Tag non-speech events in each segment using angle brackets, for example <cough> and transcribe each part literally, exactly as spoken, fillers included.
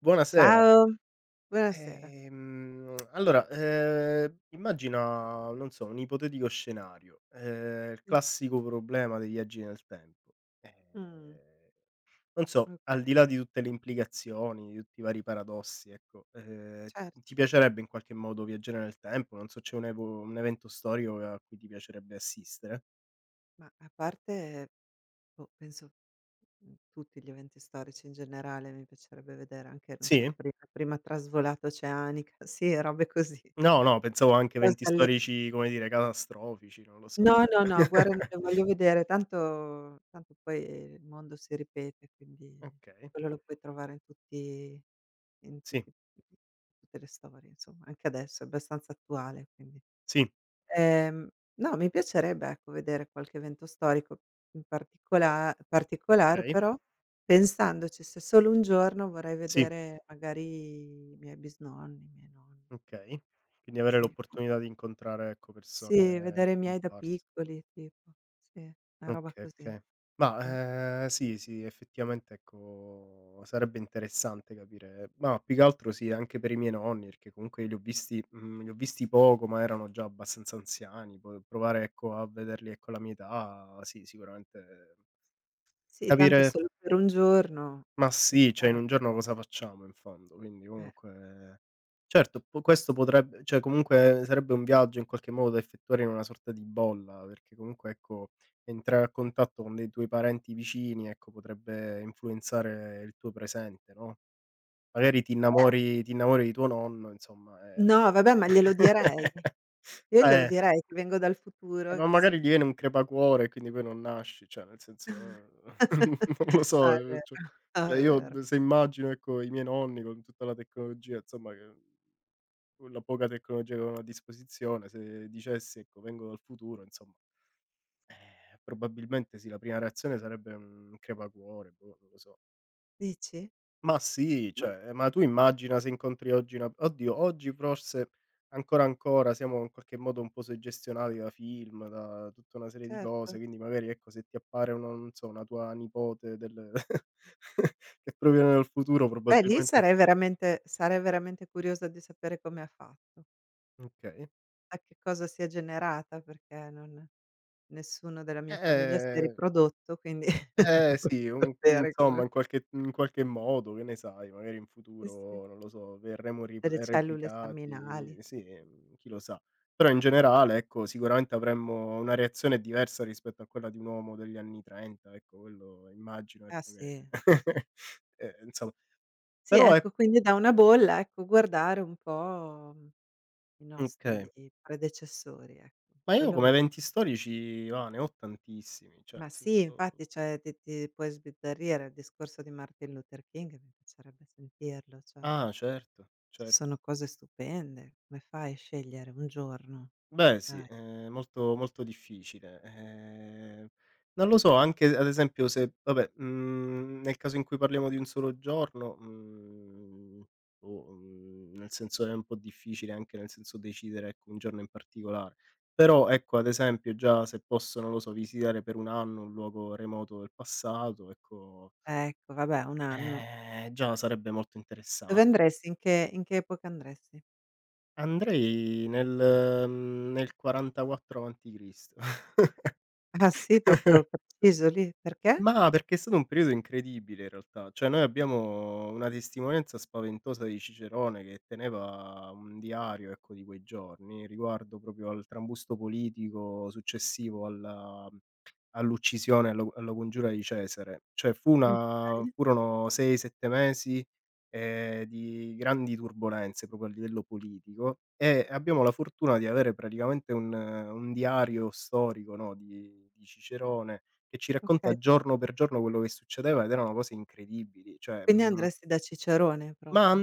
Buonasera. Ciao, buonasera. Ehm, allora, ehm, immagina, non so, un ipotetico scenario, ehm, il classico problema dei viaggi nel tempo. Mh, Ehm, non so, al di okay, là di tutte le implicazioni, di tutti i vari paradossi, ecco, ehm, certo. ti piacerebbe in qualche modo viaggiare nel tempo? Non so, c'è un evo un evento storico a cui ti piacerebbe assistere? Ma a parte, boh, penso, mhmm, tutti gli eventi storici in generale, mi piacerebbe vedere anche, non so, Sì? il pri la prima trasvolata oceanica, <laughs> sì, robe così. No, no, pensavo anche Cose eventi alle storici, come dire, catastrofici, non lo so. No, no, no, guerre non <laughs> le voglio vedere, tanto tanto poi il mondo si ripete, quindi Okay, quello lo puoi trovare in tutti in sì, tutti tutte le storie, insomma, anche adesso è abbastanza attuale, quindi sì, Ehm, no, mi piacerebbe ecco vedere qualche evento storico in particola particolare, okay. però pensandoci, se solo un giorno vorrei Sì, vedere magari i miei bisnonni, i miei nonni. okay. Quindi avere Sì. l'opportunità di incontrare, ecco, Sì, persone vedere i miei da scomparse. piccoli tipo. Sì, una roba Okay, così. okay. Mh. Ma, ehm, sì, sì, effettivamente, ecco, sarebbe interessante capire, ma più che altro sì, anche per i miei nonni, perché comunque li ho visti, mhmm, li ho visti poco, ma erano già abbastanza anziani. Poi provare, ecco, a vederli, ecco, alla mia età, sì, sicuramente Sì, tanto è capire. solo per un giorno, Ma che sì, cioè in fai? un giorno cosa facciamo in fondo? Quindi Eh. comunque certo, po questo potreb cioè comunque sarebbe un viaggio in qualche modo da effettuare in una sorta di bolla, perché comunque ecco, entrare a contatto con dei tuoi parenti vicini, ecco, potrebbe influenzare il tuo presente, no, magari ti Eh, innamori ti innamori di tuo nonno, insomma, ehm no vabbè, ma glielo direi. <laughs> Io glielo Eh. direi che vengo dal futuro Eh, e ma che magari sono gli viene un crepacuore, e quindi poi non nasci, cioè nel senso, eh, <laughs> non lo no, so, è ehm, vero, cioè no, cioè è io vero. d se immagino, ecco, i miei nonni con tutta la tecnologia, insomma, che con la poca tecnologia che avevano a disposizione, se dicessi, ecco: "Vengo dal futuro", insomma, eh, probabilmente sì, la prima reazione sarebbe un crepacuore, boh, non lo so. Dici? Ma sì, Ma cioè, ehm, ma tu immagina se incontri oggi una, oddio, oggi forse ancora, ancora siamo in qualche modo un po' suggestionati da film, da tutta una serie di certo. cose, quindi magari ecco se ti appare una, non so, una tua nipote del <laughs> che proviene dal futuro Beh, lì probabilmente sarei veramente sarei veramente curiosa di sapere come ha fatto, okay. da che cosa si è generata, perché non nessuno della mia famiglia si è Eh. riprodotto, quindi <laughs> Eh voglio sì, un sapere insomma come in qualche in qualche modo, che ne sai, magari in eh sì, futuro, non lo so, verremo ripl delle cellule replicati, staminali. sì, mhmm, chi lo sa. Però in generale, ecco, sicuramente avremmo una reazione diversa rispetto a quella di un uomo degli anni 'trenta, ecco, quello immagino, Ah ecco, che sì, sì, sì. <laughs> ehm, insomma. Sì, Però è ecco, quindi da una bolla, ecco, guardare un po' i okay. nostri predecessori, ecco, Ma io quello come mi eventi storici, va, ne ho tantissimi, cioè ma nel sì, senso infatti, cioè ti ti puoi sbizzarrire. Il discorso di Martin Luther King mi piacerebbe sentirlo, cioè ah certo, ci cer sono cose stupende. Come fai a scegliere un giorno? Beh sì, Dai. ehm, molto molto difficile. Ehm, non lo so, anche ad esempio, se vabbè, mhmm, nel caso in cui parliamo di un solo giorno, mhmm, boh, mhmm, nel senso è un po' difficile anche nel senso decidere, ecco, un giorno in particolare. Però ecco, ad esempio già se posso, non lo so, visitare per un anno un luogo remoto del passato, ecco, Ecco, vabbè, un anno. eh, già sarebbe molto Dove interessa andresti? In che in che epoca andresti? andrei nel mhmm, nel quarantaquattro avanti Cristo. <laughs> <laughs> Ah sì, proprio preciso lì, perché? Ma perché è stato un periodo incredibile, in realtà, cioè noi abbiamo una testimonianza spaventosa di Cicerone, che teneva un diario, ecco, di quei giorni, riguardo proprio al trambusto politico successivo alla all'uccisione, allo alla congiura di Cesare. Cioè fu una Okay, furono sei, sette mesi, ehm, di grandi turbolenze proprio a livello politico, e abbiamo la fortuna di avere praticamente un un diario storico, no, di di Cicerone che ci okay. racconta giorno per giorno quello che succedeva, ed erano cose incredibili. Cioè, Quindi mhmm: andresti da Cicerone "Ma proprio.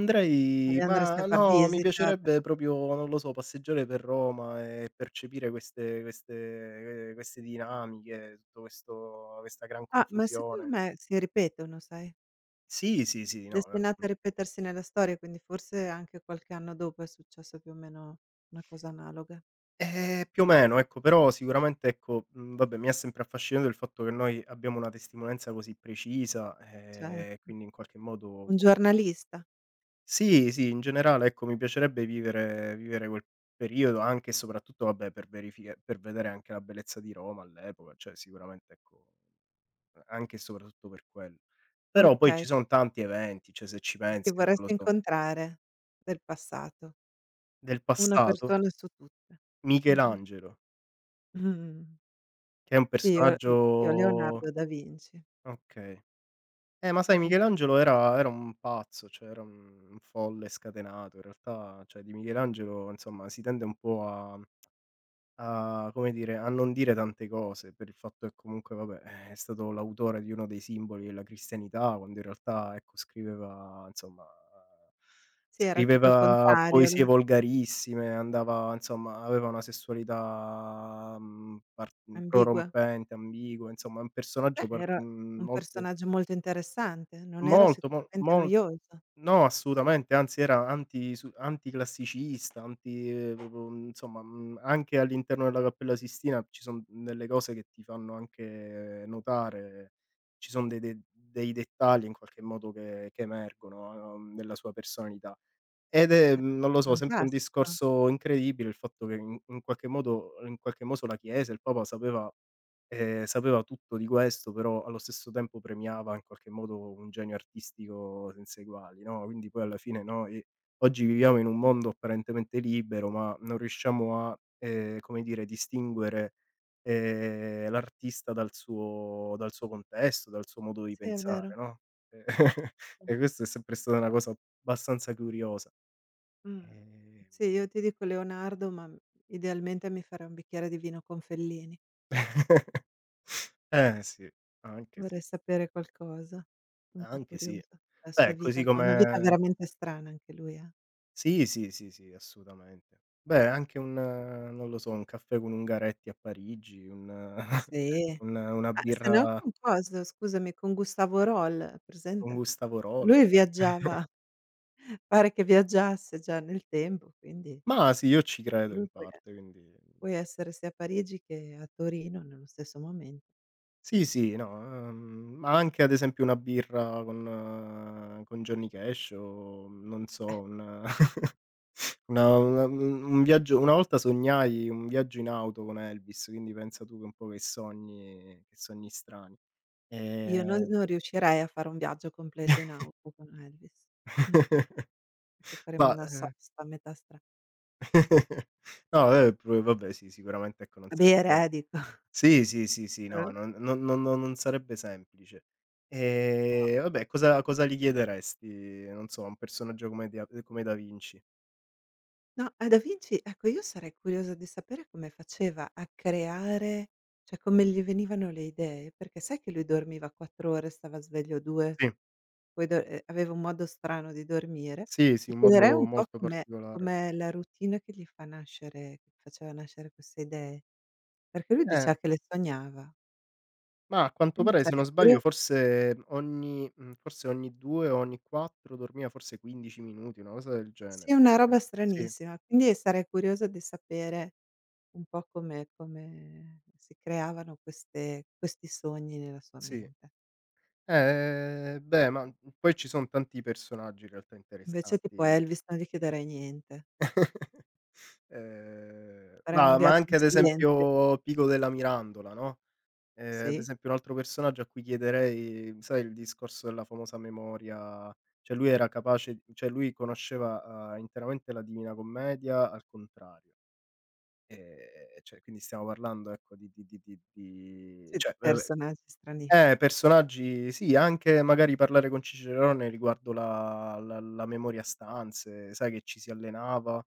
Gli andresti a ma far no, mi visita per piacerebbe capi proprio, non lo so, passeggiare per Roma e percepire queste queste, eh, queste dinamiche, tutto questo, questa gran ah, ma secondo confusione". me si ripetono, sai? Sì, sì, sì, no, ehm, Destinata a ripetersi nella storia, quindi forse anche qualche anno dopo è successa più o meno una cosa analoga. eh, più o meno, ecco, però sicuramente, ecco, mhmm, vabbè, mi ha sempre affascinato il fatto che noi abbiamo una testimonianza così precisa, ehm, Certo. quindi in qualche modo Un può. giornalista, Sì, sì, in generale ecco mi piacerebbe vivere vivere quel periodo anche e soprattutto vabbè per verifica per vedere anche la bellezza di Roma all'epoca, cioè sicuramente ecco, anche e soprattutto per quello. Però poi okay, ci son tanti eventi, cioè se ci a che pensi, non lo vorresti so, incontrare del passato. del Una passato, persona su tutte. Mh-mh. Michelangelo, Mh. che è un Sì, io io personaggio Leonardo da Vinci. okay. Eh, ma sai, È un persona Michelangelo era era un pazzo, cioè era un un folle scatenato. In realtà, cioè di Michelangelo insomma si tende un po' a. A come dire, a non dire tante cose, per il fatto che comunque vabbè, eh, è stato l'autore di uno dei simboli della cristianità, quando in realtà, ecco, scriveva insomma Sì, era tutto il scriveva contrario, poesie lui, volgarissime, andava insomma, aveva una sessualità, mhmm, par ambigua. prorompente, ambigua, insomma è un Beh, personaggio par era mhmm, un molto personaggio molto interessante, non era molto, mo sicuramente mol molto. noioso. No, assolutamente, anzi era anti su anticlassicista, anti ehm, proprio mm, insomma, mhmm, anche all'interno della Cappella Sistina ci son delle cose che ti fanno anche notare, ci son de de dei dettagli in qualche modo che che emergono, uhm, nella sua personalità. Ed è, Eh, mhmm, non lo so, sempre un fantastico. discorso incredibile il fatto che in in qualche modo in qualche modo la Chiesa, il Papa sapeva, ehm, sapeva tutto di questo, però allo stesso tempo premiava in qualche modo un genio artistico senza eguali, no, quindi poi alla fine noi oggi viviamo in un mondo apparentemente libero, ma non riusciamo a, ehm, come dire, distinguere, ehm, l'artista dal suo, dal suo contesto, dal suo modo di Sì, è vero. pensare, no, e <laughs> e questo è sempre stata una cosa abbastanza curiosa. Mh. Ehm, Sì, io ti dico Leonardo, ma, mhmm, idealmente mi farei un bicchiere di vino con Fellini. <laughs> eh sì, anche Vorrei sì, sapere qualcosa. Un po' anche sì. curiosa della sua Beh, così vita, ma una vita come veramente strana anche lui, eh. sì, sì, sì, sì, assolutamente. Beh, anche un eh, non lo so, un caffè con Ungaretti a Parigi, un eh, <laughs> Sì. un una Ah, se no birra con cosa, scusami, con Gustavo Roll, hai con presente? Gustavo Roll. Lui viaggiava, <laughs> pare che viaggiasse già nel tempo, quindi Ma sì, io ci credo lui in puoi e parte, quindi puoi essere sia a Parigi che a Torino nello stesso momento. sì, sì, no, ehm, ma anche ad esempio una birra con, eh, con Johnny Cash o non Eh, so, un. Una una un un viaggio, una volta sognai un viaggio in auto con Elvis, quindi pensa tu che un po' che sogni, che sogni strani. io non Ehm, non riuscirei a fare un viaggio completo in auto con Elvis. Mh-mh. Perché <laughs> faremo ma, una ehm sosta a metà stra no vabbè, pure vabbè sì, sicuramente ecco non a sarebbe bere eh, dico. <laughs> sì, sì, sì, sì, no, Eh. non non non non non sarebbe semplice. No, Ehm, vabbè, cosa cosa gli chiederesti, non so, a un personaggio come Dia come Da Vinci? no, a Da Vinci ecco io sarei curiosa di sapere come faceva a creare cioè come gli venivano le idee, perché sai che lui dormiva quattro ore, stava sveglio due, Sì, poi do ehm, aveva un modo strano di dormire. sì, sì, Gli un chiederei un modo po' molto come particolare. com'è la routine che gli fa nascere che faceva nascere queste idee, perché lui Eh. diceva che le sognava. Ma a quanto Quindi pare, se sarei non Mh. curio sbaglio, forse ogni, mhmm, forse ogni due o ogni quattro dormiva forse quindici minuti, una cosa del sì, è genere. una <unintelligible> Eh, roba sì, stranissima, quindi sarei curiosa di sapere un po' come come si creavano queste questi sogni nella sua sì. mente. Eh, beh, ma, mhmm, poi ci son tanti personaggi in realtà Invece tipo interessanti. Elvis non gli chiederei niente. Ehm, Farei un ma ma viaggio in anche ad silenzio. esempio Pico della Mirandola, no, ehm, ad Sì, esempio un altro personaggio a cui chiederei, sai, il discorso della famosa memoria, cioè lui era capace cioè lui conosceva, uhm, interamente la Divina Commedia al contrario. Ehm, cioè quindi stiamo parlando ecco di di di di di sì, di cioè, vabbè, personaggi eh, stranissimi. personaggi sì, anche magari parlare con Cicerone riguardo la la la memoria stanze, sai che ci si allenava,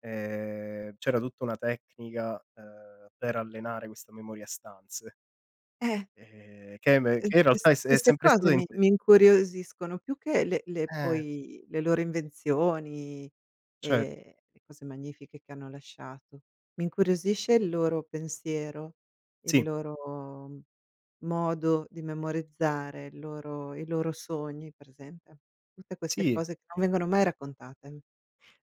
ehm, c'era tutta una tecnica, ehm, per allenare questa memoria stanze, Eh. ehm, che me Ehm, che in realtà queste è s è queste sempre cose stata in, mi mi incuriosiscono più che le le eh, poi le loro invenzioni certo. e le cose magnifiche che hanno lasciato. Mi incuriosisce il loro pensiero, il Sì, loro modo di memorizzare, il loro i loro sogni, presente? Tutte queste sì. cose che non vengono mai raccontate.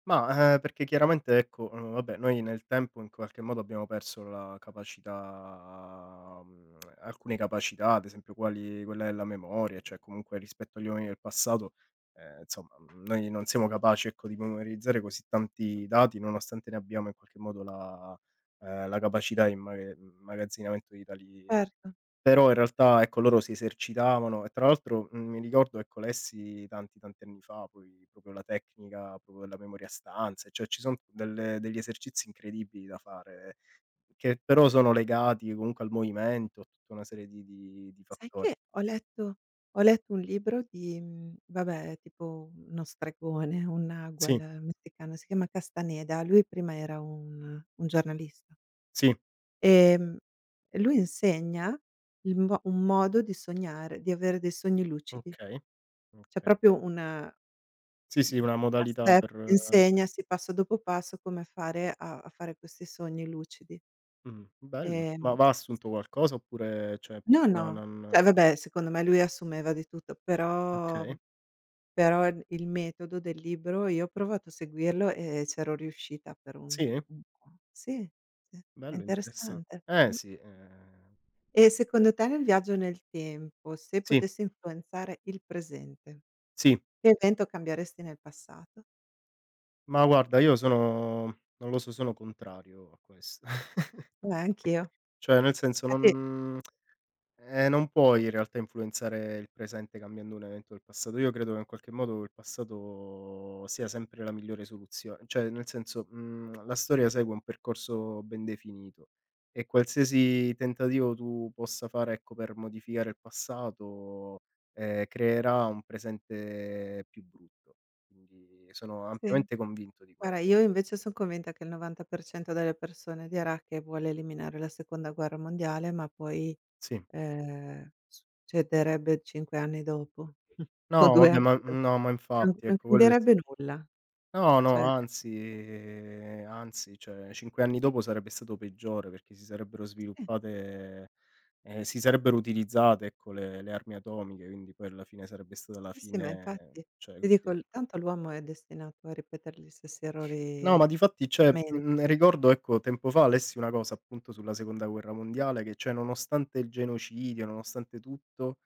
Ma, ehm, perché chiaramente ecco, uhm, vabbè, noi nel tempo in qualche modo abbiamo perso la capacità, mhmm, alcune capacità, ad esempio quali quella della memoria, cioè comunque rispetto agli uomini del passato, ehm, insomma, mhmm, noi non siamo capaci ecco, di memorizzare così tanti dati, nonostante ne abbiamo in qualche modo la, ehm, la capacità di immaga immagazzinamento di tali. Certo. Però in realtà, ecco, loro si esercitavano, e tra l'altro, mhmm, mi ricordo, ecco, lessi tanti, tanti anni fa poi proprio la tecnica proprio della memoria a stanze, cioè ci son delle, degli esercizi incredibili da fare, che però sono legati comunque al movimento, a tutta una serie di di di Sai fattori. che ho letto ho letto un libro di mhmm, vabbè tipo uno stregone, un nagual Sì, messicano, si chiama Castaneda, lui prima era un un giornalista. sì, Ehm, lui insegna il mo un modo di sognare, di avere dei sogni lucidi. okay, C'è okay. proprio una Sì, sì, mhmm, una a modalità step ti per insegna, sì, passo dopo passo come fare a a fare questi sogni lucidi. mh, bello. Ma Ehm va assunto qualcosa oppure cioè no, una no, non cioè vabbè secondo me lui assumeva di tutto, però okay. però il il metodo del libro io ho provato a seguirlo e c'ero riuscita per un Sì? un po'. Sì, sì, è Bello, interessan interessante. eh Mh. sì, ehm, E secondo te nel viaggio nel tempo, se sì. potessi influenzare il presente, Sì, che evento cambieresti nel passato? ma guarda io sono non lo so, sono contrario a questo. <laughs> Eh, anch'io. Cioè nel senso Infatti non, ehm, non puoi in realtà influenzare il presente cambiando un evento del passato. Io credo che in qualche modo il passato sia sempre la migliore soluzio cioè nel senso, mhmm, la storia segue un percorso ben definito, e qualsiasi tentativo tu possa fare, ecco, per modificare il passato, ehm, creerà un presente più brutto. Quindi sono sì. ampiamente convinto di Guarda, questo. io invece son convinta che il novanta per cento delle persone dirà che vuole eliminare la seconda guerra mondiale, ma poi, Sì. ehm, succederebbe cinque anni dopo <laughs> o No 2 vabbè, anni ma do no, ma non infatti non ecco quello è sta cambierebbe nulla, no, cioè no, anzi anzi, cioè cinque anni dopo sarebbe stato peggiore perché si sarebbero sì, sviluppate, ehm, si sarebbero utilizzate ecco le le armi atomiche, quindi poi alla fine sarebbe stata la sì, sì, ma fine, infatti cioè ti dico quindi l tanto l'uomo è destinato a ripetere gli stessi no, ma errori difatti cioè, ovviamente, mhmm, quindi ricordo ecco tempo fa lessi una cosa appunto sulla seconda guerra mondiale che cioè nonostante il genocidio, nonostante tutto.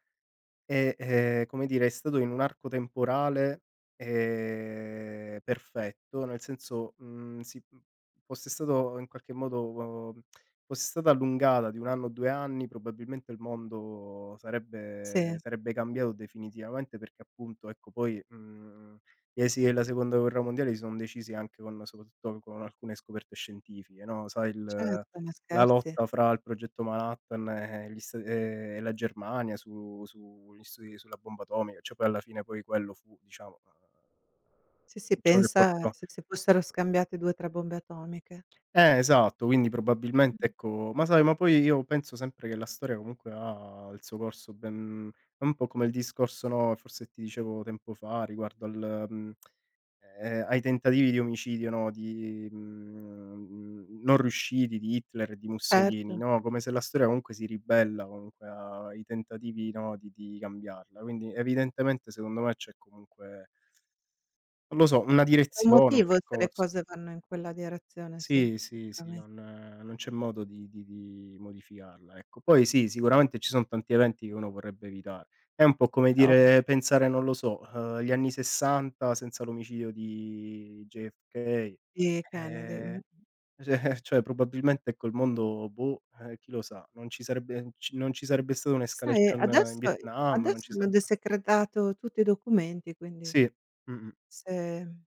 E, ehm, come dire, è stato in un arco temporale, ehm, perfetto, nel senso, mhmm, si mhmm, fosse stato in qualche modo eh, fosse stata allungata di un anno o due anni, probabilmente il mondo sarebbe sì, sarebbe cambiato definitivamente, perché appunto, ecco, poi, mhmm, gli esiti della seconda guerra mondiale si son decisi anche con, soprattutto con alcune scoperte scientifiche, no, sai il certo, ma la scherzi. lotta fra il progetto Manhattan e gli Sta e e la Germania su sugli studi sulla bomba atomica, cioè poi alla fine, poi quello fu diciamo, uhm, Sì, sì, ciò che pensa portò. se si fossero scambiate due, tre bombe atomiche. Eh, esatto, quindi probabilmente Mh. ecco, ma sai, ma poi io penso sempre che la storia comunque ha il suo corso ben. È un po' come il discorso, no, forse ti dicevo tempo fa riguardo al mhmm, ehm, ai tentativi di omicidio, no, di, mhmm, non riusciti, di Hitler e di Certo, Mussolini, no, come se la storia comunque si ribella comunque ai tentativi, no, di di cambiarla. Quindi evidentemente secondo me c'è comunque, non lo so, una c'è un direzione, un motivo se le percorso. cose vanno in quella direzione, sì, Sì, sì, sì, sicuramente, non non c'è modo di di di modificarla, ecco. Poi sì, sicuramente ci son tanti eventi che uno vorrebbe evitare. È un po' come ovvio. dire pensare, non lo so, uhm, gli anni 'sessanta senza l'omicidio di J F K. Sì, Kennedy, Ehm, mh. cioè <laughs> cioè probabilmente ecco il mondo, boh, ehm, chi lo sa, non ci sarebbe, ci non ci sarebbe stata Ma Sai un'escalation adesso in Vietnam, non adesso ci hanno sarebbe desecretato tutti i documenti, quindi sì, mh-mh, se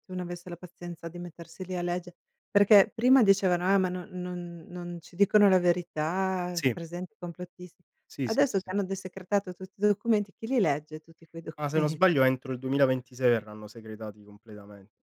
se uno avesse la pazienza di mettersi lì a legge perché prima dicevano: "Ah, ma non non non ci dicono la verità, sì, presenti i complottisti." sì, sì, sì, Adesso che sì. hanno desecretato tutti i documenti, chi li legge tutti quei <laughs> Ma se non document sbaglio entro il duemilaventisei verranno segretati completamente.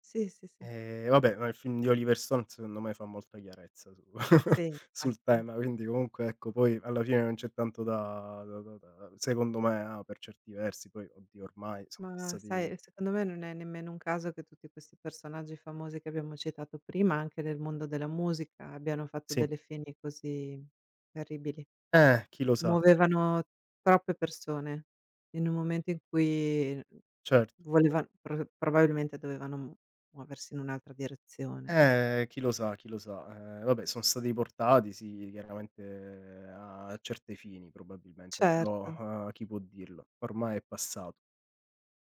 sì, sì, sì. Ehm, vabbè, ma il film di Oliver Stone secondo me fa molta chiarezza su Sì, <laughs> sul infatti. tema, quindi comunque ecco poi alla fine non c'è tanto da da da da secondo me, ah, per certi versi poi oddio ormai son Ma passati sai, secondo me non è nemmeno un caso che tutti questi personaggi famosi che abbiamo citato prima, anche nel mondo della musica, abbiano fatto sì, delle fini così terribili. eh, chi lo sa, Muovevano troppe persone in un momento in cui certo. volevan pro probabilmente dovevano mu muoversi in un'altra direzione, no. Eh, chi lo sa, chi lo sa. Ehm, vabbè son stati portati sì, chiaramente eh, a certi fini probabilmente, Certo. però, uhm, chi può dirlo, ormai è passato.